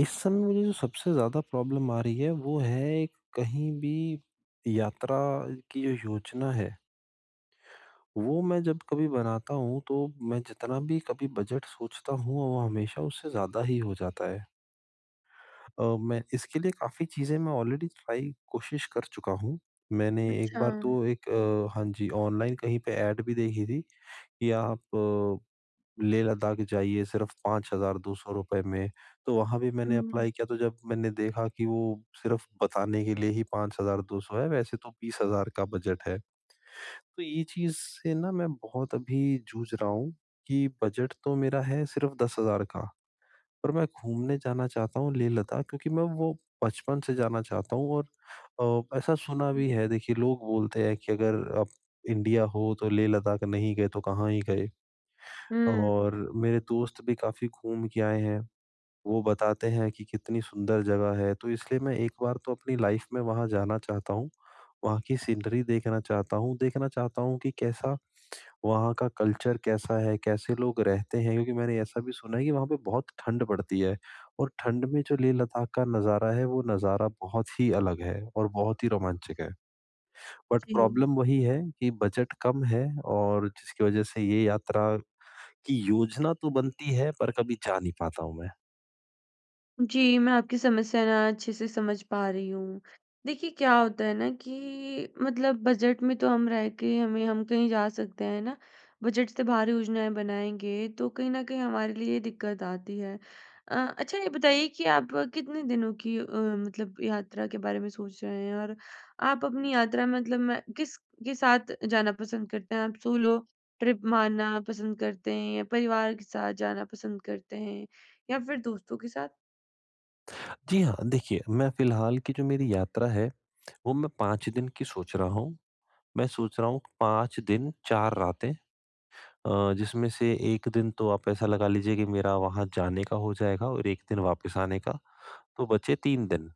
इस समय मुझे जो सबसे ज़्यादा प्रॉब्लम आ रही है, वो है कहीं भी यात्रा की जो योजना है, वो मैं जब कभी बनाता हूँ, तो मैं जितना भी कभी बजट सोचता हूँ, वो हमेशा उससे ज़्यादा ही हो जाता है। मैं इसके लिए काफ़ी चीज़ें मैं ऑलरेडी ट्राई कोशिश कर चुका हूँ। मैंने एक अच्छा। बार तो एक हाँ जी, ऑनलाइन कहीं पे ऐड भी देखी थी कि आप लेह लद्दाख जाइए सिर्फ ₹5,200 में। तो वहाँ भी मैंने हुँ, अप्लाई किया, तो जब मैंने देखा कि वो सिर्फ बताने के लिए ही 5,200 है, वैसे तो 20,000 का बजट है। तो ये चीज़ से ना मैं बहुत अभी जूझ रहा हूँ कि बजट तो मेरा है सिर्फ 10,000 का, पर मैं घूमने जाना चाहता हूँ लेह लद्दाख, क्योंकि मैं वो बचपन से जाना चाहता हूँ। और ऐसा सुना हुँ, भी है, देखिए लोग बोलते हैं कि अगर आप इंडिया हो तो लेह लद्दाख नहीं गए तो कहाँ ही गए। हुँ, और मेरे दोस्त भी काफ़ी घूम के आए हैं। वो बताते हैं कि कितनी सुंदर जगह है, तो इसलिए मैं एक बार तो अपनी लाइफ में वहाँ जाना चाहता हूँ। वहाँ की सीनरी देखना चाहता हूँ कि कैसा वहाँ का कल्चर कैसा है, कैसे लोग रहते हैं, क्योंकि मैंने ऐसा भी सुना है कि वहाँ पे बहुत ठंड पड़ती है, और ठंड में जो लेह लद्दाख का नज़ारा है, वो नज़ारा बहुत ही अलग है और बहुत ही रोमांचक है। But ji. प्रॉब्लम वही है कि बजट कम है और जिसकी वज़ह से ये यात्रा कि योजना तो बनती है, पर कभी जा नहीं पाता हूँ मैं। जी, मैं आपकी समस्या ना अच्छे से समझ पा रही हूँ। देखिए क्या होता है ना कि मतलब बजट में तो हम रह के हमें हम कहीं जा सकते हैं ना, बजट से बाहर योजनाएँ बनाएँगे तो कहीं न कहीं हमारे लिए ये दिक्कत आती है। अच्छा ये बताइए कि आप कितने दिनों की मतलब यात्रा के बारे में सोच रहे हैं? और आप अपनी यात्रा में मतलब मैं किस के साथ जाना पसंद करते हैं? आप सोलो ट्रिप मारना पसंद करते हैं या परिवार के साथ जाना पसंद करते हैं या फिर दोस्तों के साथ? जी हाँ, देखिए, मैं फ़िलहाल की जो मेरी यात्रा है, वो मैं 5 दिन की सोच रहा हूँ। मैं सोच रहा हूँ 5 दिन 4 रातें, जिसमें से 1 दिन तो आप ऐसा लगा लीजिए कि मेरा वहाँ जाने का हो जाएगा और 1 दिन वापस आने का, तो बचे 3 दिन।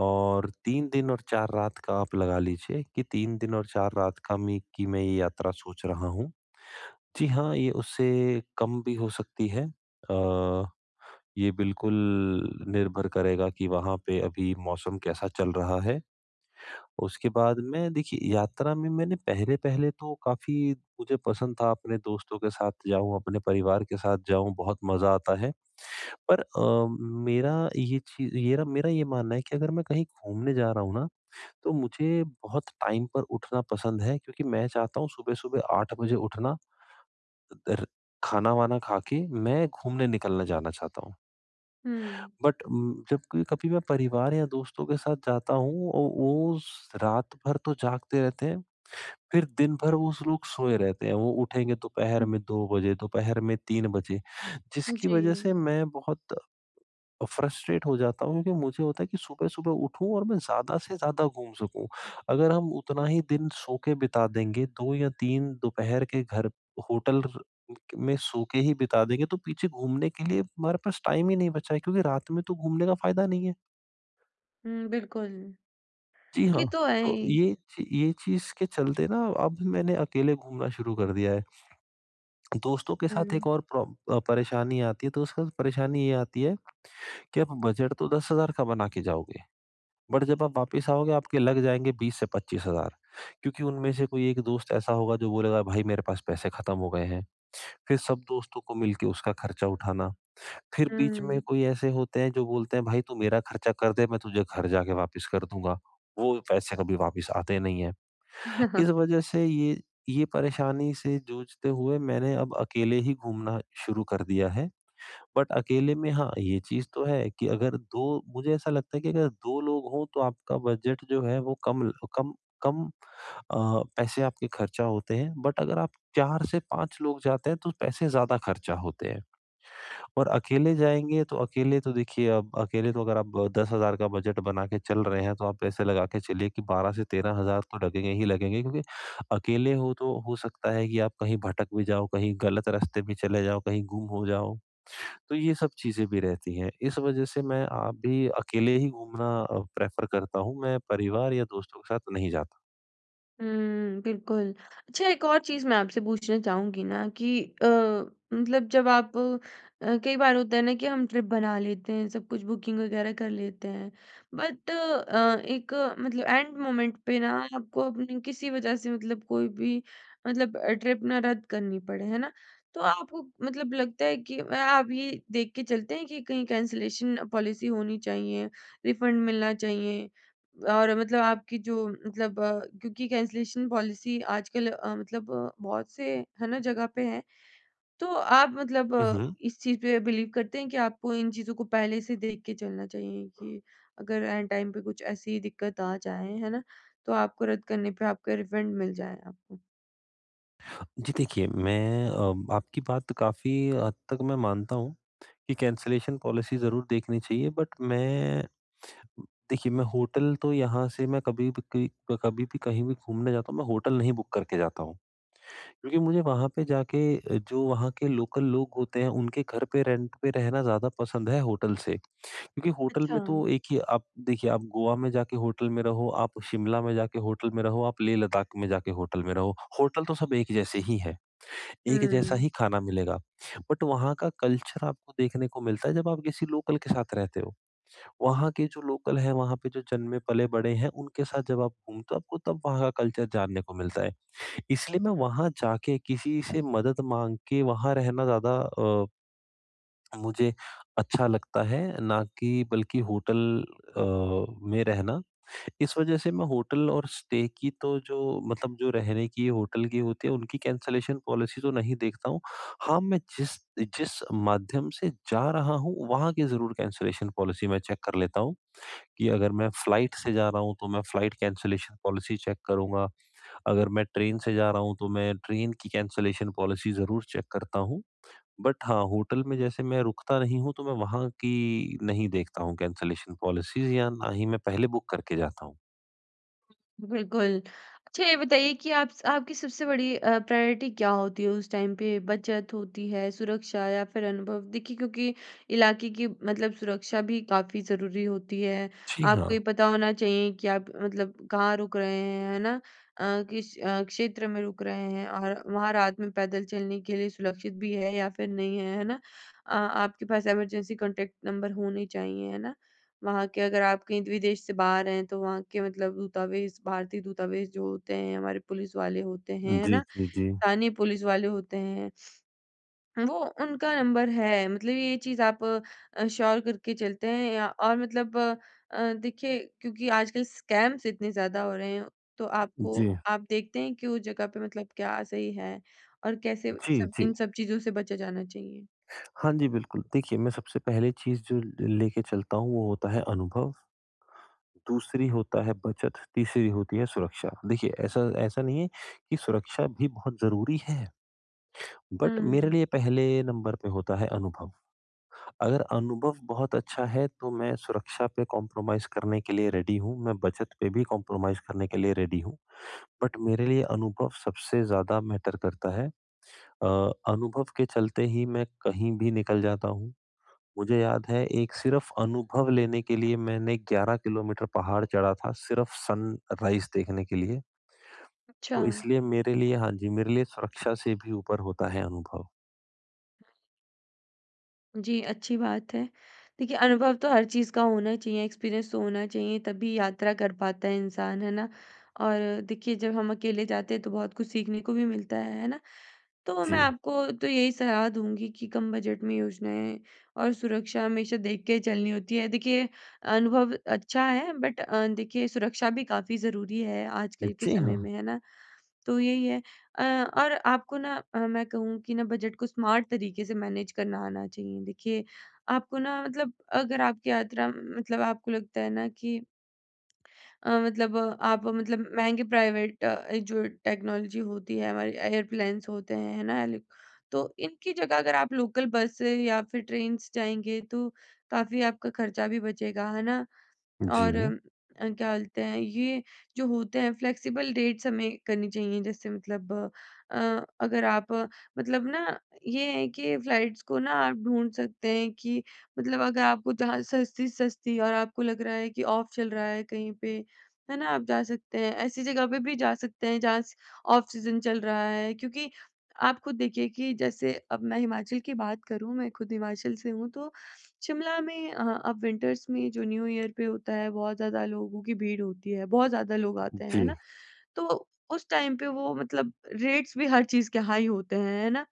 और 3 दिन और 4 रात का आप लगा लीजिए कि 3 दिन और 4 रात का मैं ये यात्रा सोच रहा हूँ। जी हाँ, ये उससे कम भी हो सकती है। अ ये बिल्कुल निर्भर करेगा कि वहाँ पे अभी मौसम कैसा चल रहा है। उसके बाद में देखिए, यात्रा में मैंने पहले-पहले तो काफ़ी, मुझे पसंद था अपने दोस्तों के साथ जाऊँ, अपने परिवार के साथ जाऊँ, बहुत मज़ा आता है। पर मेरा ये चीज़ ये ना मेरा ये मानना है कि अगर मैं कहीं घूमने जा रहा हूँ ना, तो मुझे बहुत टाइम पर उठना पसंद है, क्योंकि मैं चाहता हूँ सुबह-सुबह 8 बजे उठना, र खाना-वाना खा के मैं घूमने निकलना जाना चाहता हूँ। हुँ। बट जब क कभी मैं परिवार या दोस्तों के साथ जाता हूँ, औ वो उस रात भर तो जागते रहते हैं। फिर दिन भर वो उस लोग सोए रहते हैं। वो उठेंगे दोपहर में 2 बजे, दोपहर में 3 बजे, हुँ, जिसकी वजह से जी। मैं बहुत फ्रस्ट्रेट हो जाता हूँ, क्योंकि मुझे होता है कि सुबह-सुबह उठूँ और मैं ज़्यादा से ज़्यादा घूम सकूँ। अगर हम उतना ही दिन सो के बिता देंगे, 2 या 3 दोपहर के घर होटल र में सो के ही बिता देंगे, तो पीछे घूमने के लिए हमारे पास टाइम ही नहीं बचा है, क्योंकि रात में तो घूमने का फ़ायदा नहीं है। हुँ, बिल्कुल। जी हाँ, ये तो है तो ही। ये चीज़ के चलते ना अब मैंने अकेले घूमना शुरू कर दिया है। दोस्तों के साथ हुँ, एक और परेशानी आती है, तो उसका परेशानी ये आती है कि आप बजट तो 10,000 का बना के जाओगे। बट जब आप वापस आओगे आपके लग जाएँगे 20 से 25,000, क्योंकि उनमें से कोई एक दोस्त ऐसा होगा जो बोलेगा, भाई मेरे पास पैसे खत्म हो गए हैं। फिर सब दोस्तों को मिलके उसका खर्चा उठाना। फिर बीच में हुँ। कोई ऐसे होते हैं जो बोलते हैं, भाई तू मेरा खर्चा कर दे, मैं तुझे घर जाके वापस कर दूँगा। वो पैसे कभी वापस आते नहीं हैं। इस वजह से ये परेशानी से जूझते हुए मैंने अब अकेले ही घूमना शुरू कर दिया है। बट अकेले में हाँ, ये चीज़ तो है कि अगर 2 मुझे ऐसा लगता है कि अगर 2 लोग हों तो आपका बजट जो है वो कम कम कम पैसे आपके खर्चा होते हैं। बट अगर आप 4 से 5 लोग जाते हैं तो पैसे ज़्यादा खर्चा होते हैं। और अकेले जाएँगे, तो अकेले तो देखिए, अब अकेले तो अगर आप 10,000 का बजट बना के चल रहे हैं, तो आप ऐसे लगा के चलिए कि 12 से 13,000 तो लगेंगे ही लगेंगे, क्योंकि अकेले हो तो हो सकता है कि आप कहीं भटक भी जाओ, कहीं गलत रास्ते भी चले जाओ, कहीं गुम हो जाओ। तो ये सब चीज़ें भी रहती हैं। इस वजह से मैं आप भी अकेले ही घूमना प्रेफ़र करता हूँ, मैं परिवार या दोस्तों के साथ नहीं जाता। हुँ, बिल्कुल। अच्छा, एक और चीज़ मैं आपसे पूछना चाहूँगी ना कि मतलब जब आप कई बार होता है ना कि हम ट्रिप बना लेते हैं, सब कुछ बुकिंग वगैरह कर लेते हैं। बट एक मतलब एंड मोमेंट पे ना आपको अपनी किसी वजह से मतलब कोई भी मतलब ट्रिप ना रद्द करनी पड़े, है ना? तो आपको मतलब लगता है कि आप ये देख के चलते हैं कि कहीं कैंसलेशन पॉलिसी होनी चाहिए, रिफंड मिलना चाहिए और मतलब आपकी जो मतलब क्योंकि कैंसलेशन पॉलिसी आजकल मतलब बहुत से है ना जगह पे है। तो आप मतलब हुँ, हुँ। इस चीज़ पे बिलीव करते हैं कि आपको इन चीज़ों को पहले से देख के चलना चाहिए कि अगर एन टाइम पे कुछ ऐसी दिक्कत आ जाए, है ना? तो आपको रद्द करने पे आपका रिफंड मिल जाए आपको? जी, देखिए, मैं आपकी बात काफ़ी हद तक मैं मानता हूँ कि कैंसलेशन पॉलिसी ज़रूर देखनी चाहिए। बट मैं देखिए, मैं होटल तो यहाँ से मैं कभी भी कहीं भी घूमने जाता हूँ, मैं होटल नहीं बुक करके जाता हूँ। क्योंकि मुझे वहाँ पे जाके जो वहाँ के लोकल लोग होते हैं, उनके घर पे रेंट पे रहना ज़्यादा पसंद है होटल से। क्योंकि होटल में अच्छा। तो एक ही आप देखिए, आप गोवा में जाके होटल में रहो, आप शिमला में जाके होटल में रहो, आप लेह लद्दाख में जाके होटल में रहो, होटल तो सब एक जैसे ही हैं, एक जैसा हुँ। ही खाना मिलेगा। बट वहाँ का कल्चर आपको देखने को मिलता है जब आप किसी लोकल के साथ रहते हो। वहाँ के जो लोकल हैं, वहाँ पे जो जन्मे पले-बड़े हैं, उनके साथ जब आप घूमते हो, आपको तब वहाँ का कल्चर जानने को मिलता है। इसलिए मैं वहाँ जाके किसी से मदद माँग के वहाँ रहना ज़्यादा मुझे अच्छा लगता है ना, कि बल्कि होटल अ, में रहना। इस वज़ह से मैं होटल और स्टे की तो जो मतलब जो रहने की होटल की होती है उनकी कैंसलेशन पॉलिसी तो नहीं देखता हूँ। हाँ, मैं जिस जिस माध्यम से जा रहा हूँ वहाँ की ज़रूर कैंसलेशन पॉलिसी मैं चेक कर लेता हूँ, कि अगर मैं फ्लाइट से जा रहा हूँ तो मैं फ्लाइट कैंसलेशन पॉलिसी चेक करूँगा। अगर मैं ट्रेन से जा रहा हूँ तो मैं ट्रेन की कैंसलेशन पॉलिसी ज़रूर चेक करता हूँ। बट हाँ, होटल में जैसे मैं रुकता नहीं हूँ, तो मैं वहाँ की नहीं देखता हूँ कैंसलेशन पॉलिसीज़, या ना ही मैं पहले बुक करके जाता हूँ। बिल्कुल। अच्छा ये बताइए कि आप आपकी सबसे बड़ी प्रायोरिटी क्या होती है उस टाइम पे? बचत होती है, सुरक्षा या फिर अनुभव? देखिए क्योंकि इलाके की मतलब सुरक्षा भी काफ़ी ज़रूरी होती है। जी आपको हाँ। ये पता होना चाहिए कि आप मतलब कहाँ रुक रहे हैं, है ना? अ, किस क्षेत्र में रुक रहे हैं और वहाँ रात में पैदल चलने के लिए सुरक्षित भी है या फिर नहीं है, है ना? आपके पास इमरजेंसी कॉन्टैक्ट नंबर होने चाहिए, है ना? वहाँ के अगर आप कहीं विदेश से बाहर हैं तो वहाँ के मतलब दूतावास, भारतीय दूतावास जो होते हैं, हमारे पुलिस वाले होते हैं, है जी, ना? जी, जी। स्थानीय पुलिस वाले होते हैं, वो उनका नंबर है मतलब ये चीज़ आप श्योर करके चलते हैं या और मतलब देखिए क्योंकि आजकल स्कैम्स इतने ज़्यादा हो रहे हैं, तो आपको जी, आप देखते हैं कि उस जगह पे मतलब क्या सही है और कैसे जी, सब जी। इन सब चीज़ों से बचा जाना चाहिए? हाँ जी, बिल्कुल। देखिए, मैं सबसे पहली चीज़ जो लेके चलता हूँ, वो होता है अनुभव, दूसरी होता है बचत, तीसरी होती है सुरक्षा। देखिए, ऐसा ऐसा नहीं है कि सुरक्षा भी बहुत ज़रूरी है, बट मेरे हुँ, लिए पहले नंबर पे होता है अनुभव। अगर अनुभव बहुत अच्छा है तो मैं सुरक्षा पे कॉम्प्रोमाइज़ करने के लिए रेडी हूँ, मैं बचत पे भी कॉम्प्रोमाइज़ करने के लिए रेडी हूँ। बट मेरे लिए अनुभव सबसे ज़्यादा मैटर करता है। अ, अनुभव के चलते ही मैं कहीं भी निकल जाता हूँ। मुझे याद है, एक सिर्फ़ अनुभव लेने के लिए मैंने 11 किलोमीटर पहाड़ चढ़ा था सिर्फ़ सनराइज़ देखने के लिए। अच्छा। तो इसलिए मेरे लिए हाँ जी, मेरे लिए सुरक्षा से भी ऊपर होता है अनुभव। जी, अच्छी बात है। देखिए, अनुभव तो हर चीज़ का होना चाहिए, एक्सपीरियंस तो होना चाहिए, तभी यात्रा कर पाता है इंसान, है ना? और देखिए, जब हम अकेले जाते हैं, तो बहुत कुछ सीखने को भी मिलता है ना? तो मैं जी। आपको तो यही सलाह दूँगी कि कम बजट में योजनाएँ और सुरक्षा हमेशा देख के चलनी होती है। देखिए, अनुभव अच्छा है, बट देखिए, सुरक्षा भी काफ़ी ज़रूरी है आजकल के जी समय हाँ। में, है ना? तो यही है। और आपको ना मैं कहूँ कि ना बजट को स्मार्ट तरीके से मैनेज करना आना चाहिए। देखिए, आपको ना मतलब अगर आपकी यात्रा मतलब आपको लगता है ना कि मतलब आप मतलब महँगे प्राइवेट जो टेक्नोलॉजी होती है, हमारी एयरप्लेन्स होते हैं, है ना? हेलि, तो इनकी जगह अगर आप लोकल बस से या फिर ट्रेन से जाएँगे तो काफ़ी आपका खर्चा भी बचेगा, है ना? और जी, क्या बोलते हैं ये जो होते हैं फ्लेक्सिबल रेट्स हमें करनी चाहिए। जैसे मतलब अ, अगर आप मतलब ना ये है कि फ्लाइट्स को ना आप ढूंढ सकते हैं कि मतलब अगर आपको जहाँ सस्ती सस्ती और आपको लग रहा है कि ऑफ चल रहा है कहीं पे, है ना, आप जा सकते हैं, ऐसी जगह पे भी जा सकते हैं जहाँ ऑफ सीजन चल रहा है, क्योंकि आप खुद देखिए कि जैसे अब मैं हिमाचल की बात करूं, मैं खुद हिमाचल से हूं, तो शिमला में अब विंटर्स में जो न्यू ईयर पे होता है, बहुत ज़्यादा लोगों की भीड़ होती है, बहुत ज़्यादा लोग आते हैं, है जी, ना? तो उस टाइम पे वो मतलब रेट्स भी हर चीज़ के हाई होते हैं, है ना?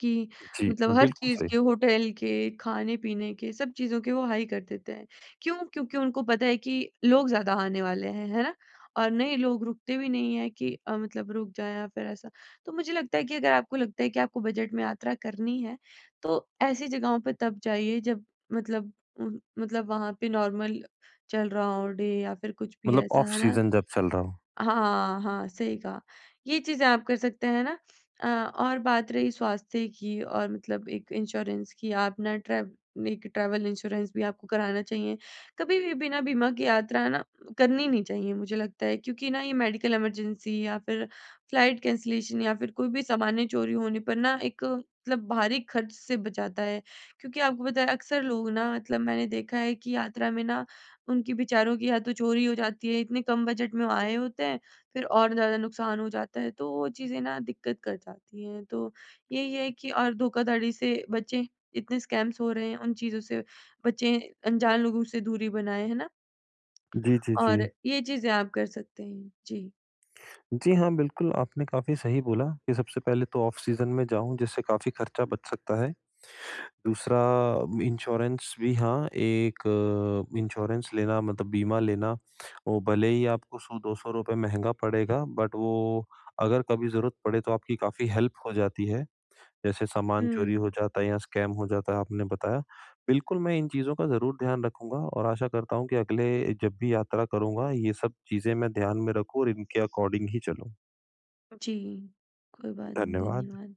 कि जी, मतलब हर बिल्कुल चीज़ सही। के, होटल के, खाने-पीने के, सब चीज़ों के वो हाई कर देते हैं। क्यों? क्योंकि उनको पता है कि लोग ज़्यादा आने वाले हैं, है ना? और नए लोग रुकते भी नहीं हैं कि मतलब रुक जाएँ या फिर ऐसा। तो मुझे लगता है कि अगर आपको लगता है कि आपको बजट में यात्रा करनी है, तो ऐसी जगहों पे तब जाइए जब मतलब मतलब वहाँ पे नॉर्मल चल रहा हो डे या फिर कुछ भी मतलब ऐसा, ऑफ है ना? सीजन जब चल रहा हो। हाँ, हाँ, सही कहा। ये चीज़ें आप कर सकते हैं ना। अ, और बात रही स्वास्थ्य की और मतलब एक इंश्योरेंस की, आप ना ट्रैव एक ट्रैवल इंश्योरेंस भी आपको कराना चाहिए। कभी भी बिना बीमा की यात्रा ना करनी नहीं चाहिए मुझे लगता है, क्योंकि ना ये मेडिकल इमरजेंसी या फिर फ्लाइट कैंसलेशन या फिर कोई भी सामान्य चोरी होने पर ना एक मतलब भारी खर्च से बचाता है। क्योंकि आपको पता है अक्सर लोग ना मतलब मैंने देखा है कि यात्रा में ना उनकी बेचारों की या तो चोरी हो जाती है, इतने कम बजट में वो आए होते हैं, फिर और ज़्यादा नुकसान हो जाता है, तो वो चीज़ें ना दिक्कत कर जाती हैं। तो यही है कि और धोखाधड़ी से बचें, इतने स्कैम्स हो रहे हैं, उन चीज़ों से बचें, अनजान लोगों से दूरी बनाएँ, है ना? जी, जी, जी। और ये चीज़ें आप कर सकते हैं। जी। जी हाँ, बिल्कुल आपने काफ़ी सही बोला कि सबसे पहले तो ऑफ सीजन में जाऊँ, जिससे काफ़ी खर्चा बच सकता है। दूसरा इंश्योरेंस भी, हाँ, एक इंश्योरेंस लेना मतलब बीमा लेना, वो भले ही आपको ₹100-200 महँगा पड़ेगा, बट वो अगर कभी ज़रूरत पड़े तो आपकी काफ़ी हेल्प हो जाती है। जैसे सामान चोरी हुँ। हो जाता है या स्कैम हो जाता है, आपने बताया। बिल्कुल, मैं इन चीज़ों का ज़रूर ध्यान रखूँगा और आशा करता हूँ कि अगले जब भी यात्रा करूँगा ये सब चीज़ें मैं ध्यान में रखूँ और इनके अकॉर्डिंग ही चलूँ। जी। कोई बात नहीं, धन्यवाद। धन्यवाद।